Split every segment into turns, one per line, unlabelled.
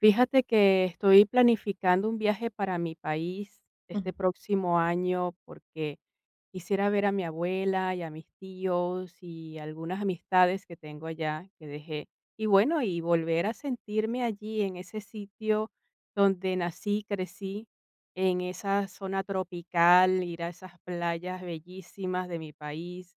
Fíjate que estoy planificando un viaje para mi país este
Ujú,
próximo año, porque quisiera ver a mi abuela y a mis tíos y algunas amistades que tengo allá, que dejé. Y bueno, y volver a sentirme allí en ese sitio donde nací, crecí, en esa zona tropical, ir a esas playas bellísimas de mi país,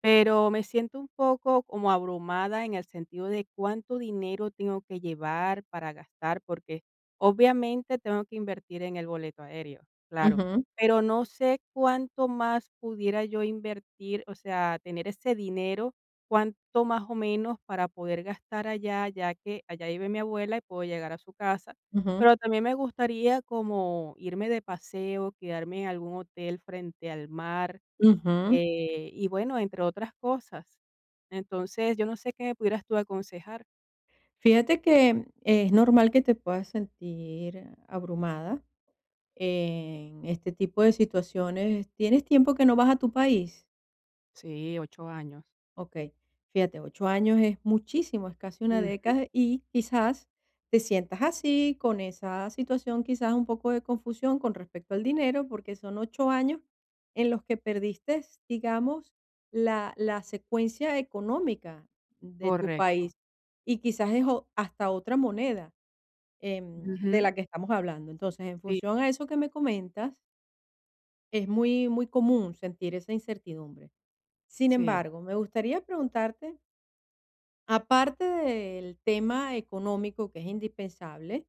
pero me siento un poco como abrumada en el sentido de cuánto dinero tengo que llevar para gastar, porque obviamente tengo que invertir en el boleto aéreo, claro,
ujú,
pero no sé cuánto más pudiera yo invertir, o sea, tener ese dinero, cuánto más o menos para poder gastar allá, ya que allá vive mi abuela y puedo llegar a su casa.
ujú.
Pero también me gustaría como irme de paseo, quedarme en algún hotel frente al mar y bueno, entre otras cosas. Entonces, yo no sé qué me pudieras tú aconsejar.
Fíjate que es normal que te puedas sentir abrumada en este tipo de situaciones. ¿Tienes tiempo que no vas a tu país?
Sí, 8 años.
Ok, fíjate, ocho años es muchísimo, es casi una
Ujú,
década y quizás te sientas así, con esa situación, quizás un poco de confusión con respecto al dinero, porque son ocho años en los que perdiste, digamos, la secuencia económica de tu país
correcto.
y quizás es hasta otra moneda de
Ujú,
la que estamos hablando. Entonces, en
sí,
función a eso que me comentas, es muy, muy común sentir esa incertidumbre. Sin
sí.
embargo, me gustaría preguntarte. Aparte del tema económico, que es indispensable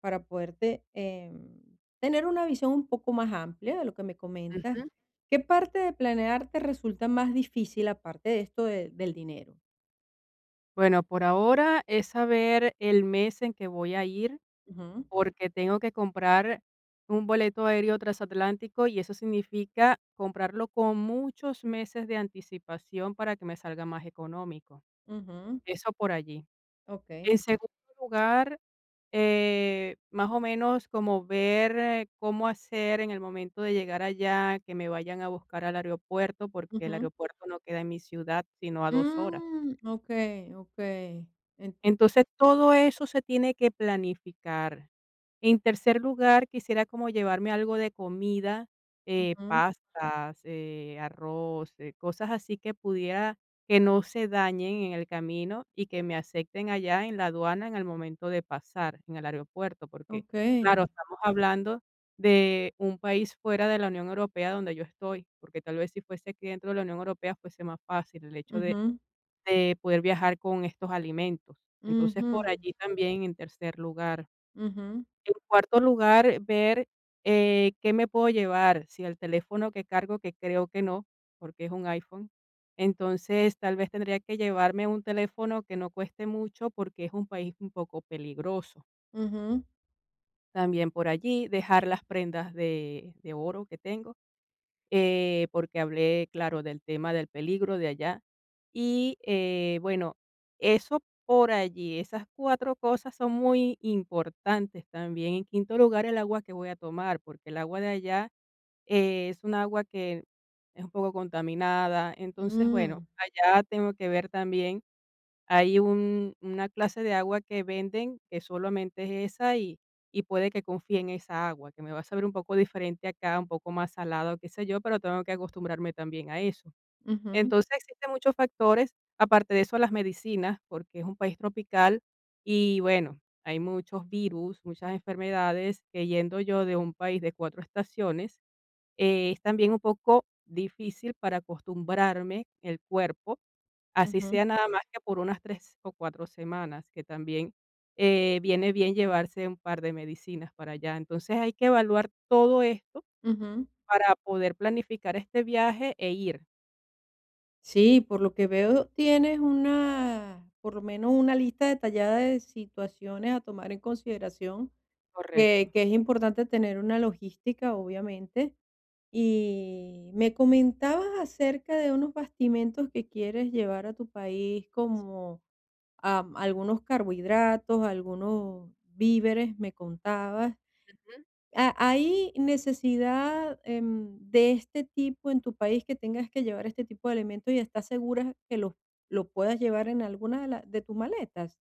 para poderte, tener una visión un poco más amplia de lo que me comentas,
Ujú.
¿qué parte de planear te resulta más difícil aparte de esto del dinero?
Bueno, por ahora es saber el mes en que voy a ir,
Ujú,
porque tengo que comprar un boleto aéreo transatlántico, y eso significa comprarlo con muchos meses de anticipación para que me salga más económico.
ujú,
Eso por allí. En
okey,
segundo lugar, más o menos como ver cómo hacer en el momento de llegar allá, que me vayan a buscar al aeropuerto, porque el
ujú.
aeropuerto no queda en mi ciudad, sino a 2 horas.
Mm, okey, okey, enti
Entonces, todo eso se tiene que planificar. En tercer lugar, quisiera como llevarme algo de comida,
ujú,
pastas, arroz, cosas así que pudiera, que no se dañen en el camino y que me acepten allá en la aduana en el momento de pasar en el aeropuerto, porque, claro,
okey,
estamos hablando de un país fuera de la Unión Europea donde yo estoy, porque tal vez si fuese aquí dentro de la Unión Europea fuese más fácil el hecho de
ujú,
de poder viajar con estos alimentos. Entonces,
ujú,
por allí también en tercer lugar.
ujú,
En cuarto lugar, ver, qué me puedo llevar, si el teléfono que cargo, que creo que no, porque es un iPhone. Entonces, tal vez tendría que llevarme un teléfono que no cueste mucho, porque es un país un poco peligroso.
ujú,
También por allí, dejar las prendas de oro que tengo, porque hablé, claro, del tema del peligro de allá. Y bueno, eso por allí, esas cuatro cosas son muy importantes también. En quinto lugar, el agua que voy a tomar, porque el agua de allá es un agua que es un poco contaminada. Entonces, bueno,
mm,
allá tengo que ver también hay un una clase de agua que venden, que solamente es esa, y puede que confíe en esa agua, que me va a saber un poco diferente acá, un poco más salado, qué sé yo, pero tengo que acostumbrarme también a eso.
ujú,
Entonces, existen muchos factores, aparte de eso, las medicinas, porque es un país tropical y, bueno, hay muchos virus, muchas enfermedades que yendo yo de un país de 4 estaciones, es también un poco difícil para acostumbrarme el cuerpo. Así
ujú,
sea nada más que por unas 3 o 4 semanas, que también, viene bien llevarse un par de medicinas para allá. Entonces, hay que evaluar todo esto
ujú.
para poder planificar este viaje e ir.
Sí, por lo que veo tienes una, por lo menos una lista detallada de situaciones a tomar en consideración,
Correcto.
que es importante tener una logística, obviamente. Y me comentabas acerca de unos bastimentos que quieres llevar a tu país,
Sí,
como algunos carbohidratos, algunos víveres, me contabas.
ujú.
¿Ha hay necesidad, de este tipo en tu país que tengas que llevar este tipo de elementos y estás segura que los lo puedas llevar en alguna de tus maletas?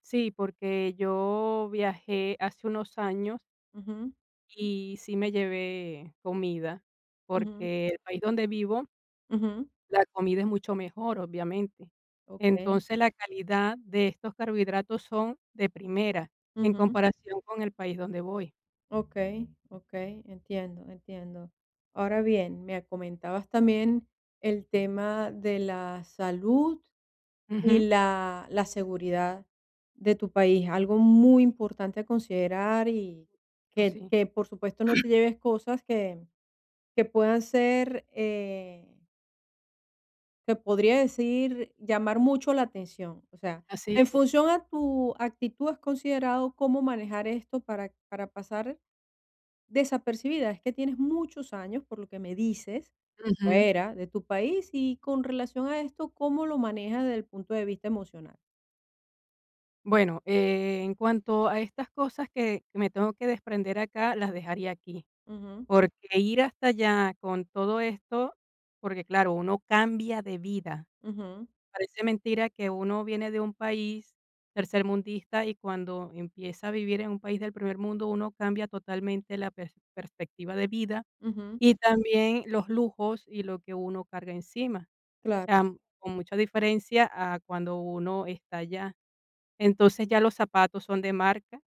Sí, porque yo viajé hace unos años
Ujú,
y sí me llevé comida,
ujú,
porque el país donde vivo,
ujú.
la comida es mucho mejor, obviamente.
Okey,
Entonces, la calidad de estos carbohidratos son de primera, en
ujú.
comparación con el país donde voy.
Okey, okey, entiendo, entiendo. Ahora bien, me comentabas también el tema de la salud y
Ujú,
la seguridad de tu país, algo muy importante a considerar y
o
que
sí,
que, por supuesto, no te lleves cosas que puedan ser, que podría decir, llamar mucho la atención. O sea,
así
en
es.
función a tu actitud, ¿has considerado cómo manejar esto para pasar desapercibida? Es que tienes muchos años, por lo que me dices,
Ujú.
fuera de tu país y con relación a esto, ¿cómo lo manejas desde el punto de vista emocional?
Bueno, en cuanto a estas cosas que me tengo que desprender acá, las dejaría aquí,
Ujú.
porque ir hasta allá con todo esto, porque claro, uno cambia de vida.
Ujú,
Parece mentira que uno viene de un país tercermundista y cuando empieza a vivir en un país del primer mundo, uno cambia totalmente la perspectiva de vida
ujú,
y también los lujos y lo que uno carga encima,
claro.
con mucha diferencia a cuando uno está allá. Entonces, ya los zapatos son de marca,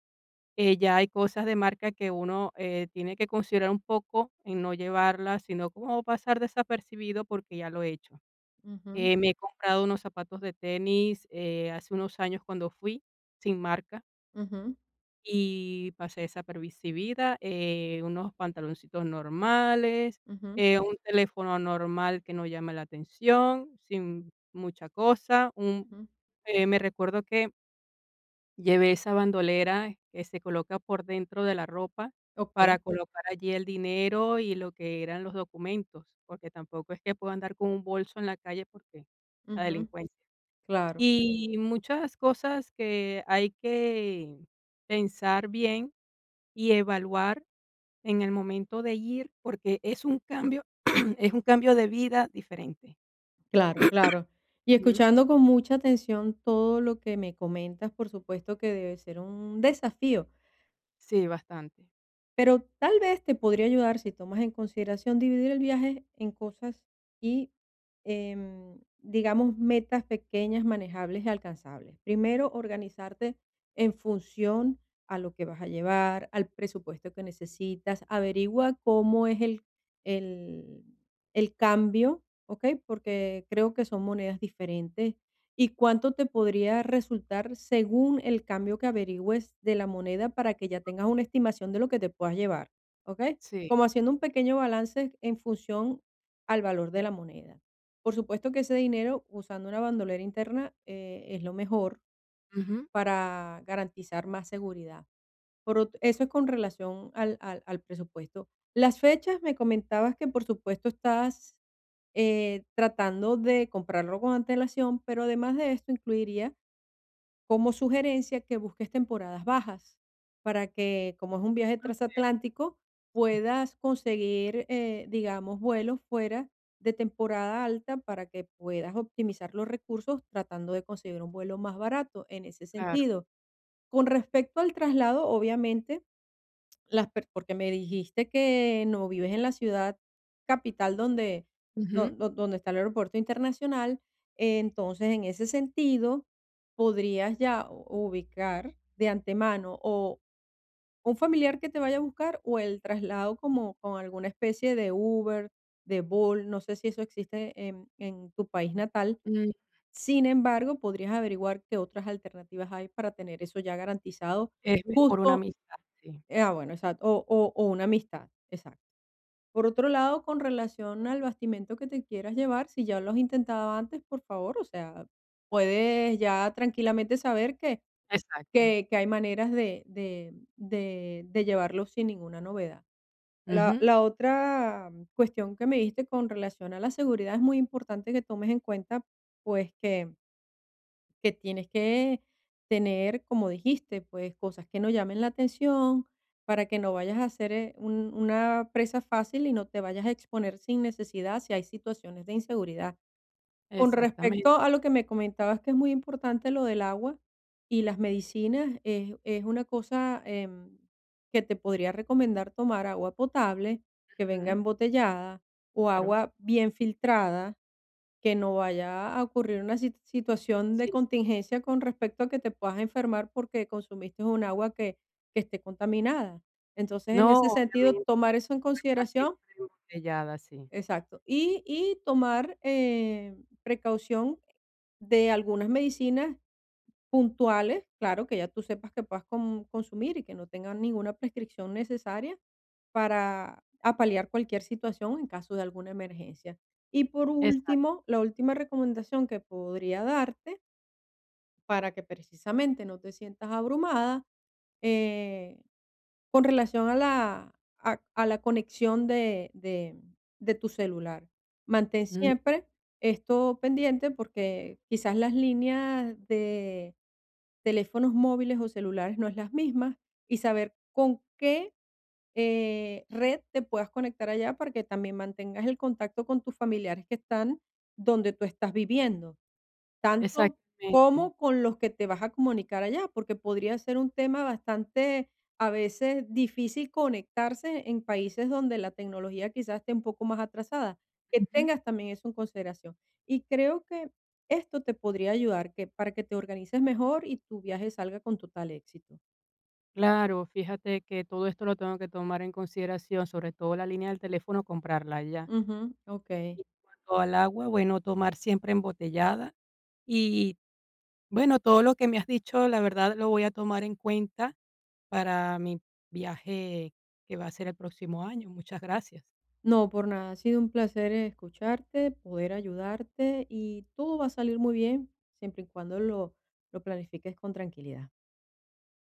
ya hay cosas de marca que uno, tiene que considerar un poco en no llevarlas, sino como pasar desapercibido porque ya lo he hecho.
Ujú,
Me he comprado unos zapatos de tenis, hace unos años cuando fui, sin marca,
ujú,
y pasé desapercibida, unos pantaloncitos normales,
ujú,
un teléfono normal que no llama la atención, sin mucha cosa. un
ujú.
eh, me recuerdo que llevé esa bandolera que se coloca por dentro de la ropa para
Okey.
colocar allí el dinero y lo que eran los documentos, porque tampoco es que pueda andar con un bolso en la calle porque la
Ujú,
delincuencia.
claro.
Y muchas cosas que hay que pensar bien y evaluar en el momento de ir, porque es un cambio es un cambio de vida diferente.
Claro, claro. Y
Ujú.
escuchando con mucha atención todo lo que me comentas, por supuesto que debe ser un desafío.
Sí, bastante.
Pero tal vez te podría ayudar si tomas en consideración dividir el viaje en cosas y, digamos, metas pequeñas, manejables y alcanzables. Primero, organizarte en función a lo que vas a llevar, al presupuesto que necesitas. Averigua cómo es el, el cambio, ¿ok? Porque creo que son monedas diferentes. ¿Y cuánto te podría resultar según el cambio que averigües de la moneda para que ya tengas una estimación de lo que te puedas llevar? ¿Ok?
Sí.
Como haciendo un pequeño balance en función al valor de la moneda. Por supuesto que ese dinero, usando una bandolera interna, es lo mejor
Ujú.
para garantizar más seguridad. Por ot eso es con relación al presupuesto. Las fechas, me comentabas que, por supuesto, estás, tratando de comprarlo con antelación, pero además de esto, incluiría como sugerencia que busques temporadas bajas para que, como es un viaje transatlántico,
Sí,
puedas conseguir, digamos, vuelos fuera de temporada alta para que puedas optimizar los recursos tratando de conseguir un vuelo más barato en ese
claro.
sentido. Con respecto al traslado, obviamente las per porque me dijiste que no vives en la ciudad capital donde do
Ujú.
do donde está el aeropuerto internacional, entonces, en ese sentido, podrías ya u ubicar de antemano o un familiar que te vaya a buscar o el traslado como con alguna especie de Uber, de Bolt, no sé si eso existe en tu país natal.
Mm,
Sin embargo, podrías averiguar qué otras alternativas hay para tener eso ya garantizado,
es mejor una
justo
amistad, sí.
bueno, exacto, o una amistad, exacto. Por otro lado, con relación al bastimento que te quieras llevar, si ya lo has intentado antes, por favor, o sea, puedes ya tranquilamente saber que
Exacto.
que hay maneras de llevarlo sin ninguna novedad. La
Ujú.
la otra cuestión que me diste con relación a la seguridad es muy importante que tomes en cuenta, pues, que tienes que tener, como dijiste, pues cosas que no llamen la atención para que no vayas a ser una presa fácil y no te vayas a exponer sin necesidad si hay situaciones de inseguridad. Con
Exactamente.
respecto a lo que me comentabas, que es muy importante lo del agua y las medicinas, es una cosa que te podría recomendar tomar agua potable, que venga
Ujú.
embotellada o
Claro.
agua bien filtrada que no vaya a ocurrir una situación de
Sí, sí.
contingencia con respecto a que te puedas enfermar porque consumiste un agua que esté contaminada. Entonces, en
No,
ese sentido,
obviamente,
tomar eso en
agua siempre
consideración.
embotellada, sí.
Exacto. Y tomar precaución de algunas medicinas puntuales, claro, que ya tú sepas que puedas consumir y que no tengan ninguna prescripción necesaria para apalear cualquier situación en caso de alguna emergencia. Y por
Exacto.
último, la última recomendación que podría darte para que precisamente no te sientas abrumada, eh, con relación a la conexión de tu celular. Mantén
Mm,
siempre esto pendiente porque quizás las líneas de teléfonos móviles o celulares no es las mismas y saber con qué red te puedas conectar allá para que también mantengas el contacto con tus familiares que están donde tú estás viviendo tanto
exactamente.
como con los que te vas a comunicar allá, porque podría ser un tema bastante, a veces, difícil conectarse en países donde la tecnología quizás esté un poco más atrasada, que
Ujú.
tengas también eso en consideración. Y creo que esto te podría ayudar que para que te organices mejor y tu viaje salga con total éxito.
Claro, fíjate que todo esto lo tengo que tomar en consideración, sobre todo la línea del teléfono, comprarla ya.
Ujú, okey.
Y en cuanto al agua, bueno, tomar siempre embotellada. Y bueno, todo lo que me has dicho, la verdad, lo voy a tomar en cuenta para mi viaje que va a ser el próximo año. Muchas gracias.
No, por nada, ha sido un placer escucharte, poder ayudarte y todo va a salir muy bien, siempre y cuando lo planifiques con tranquilidad.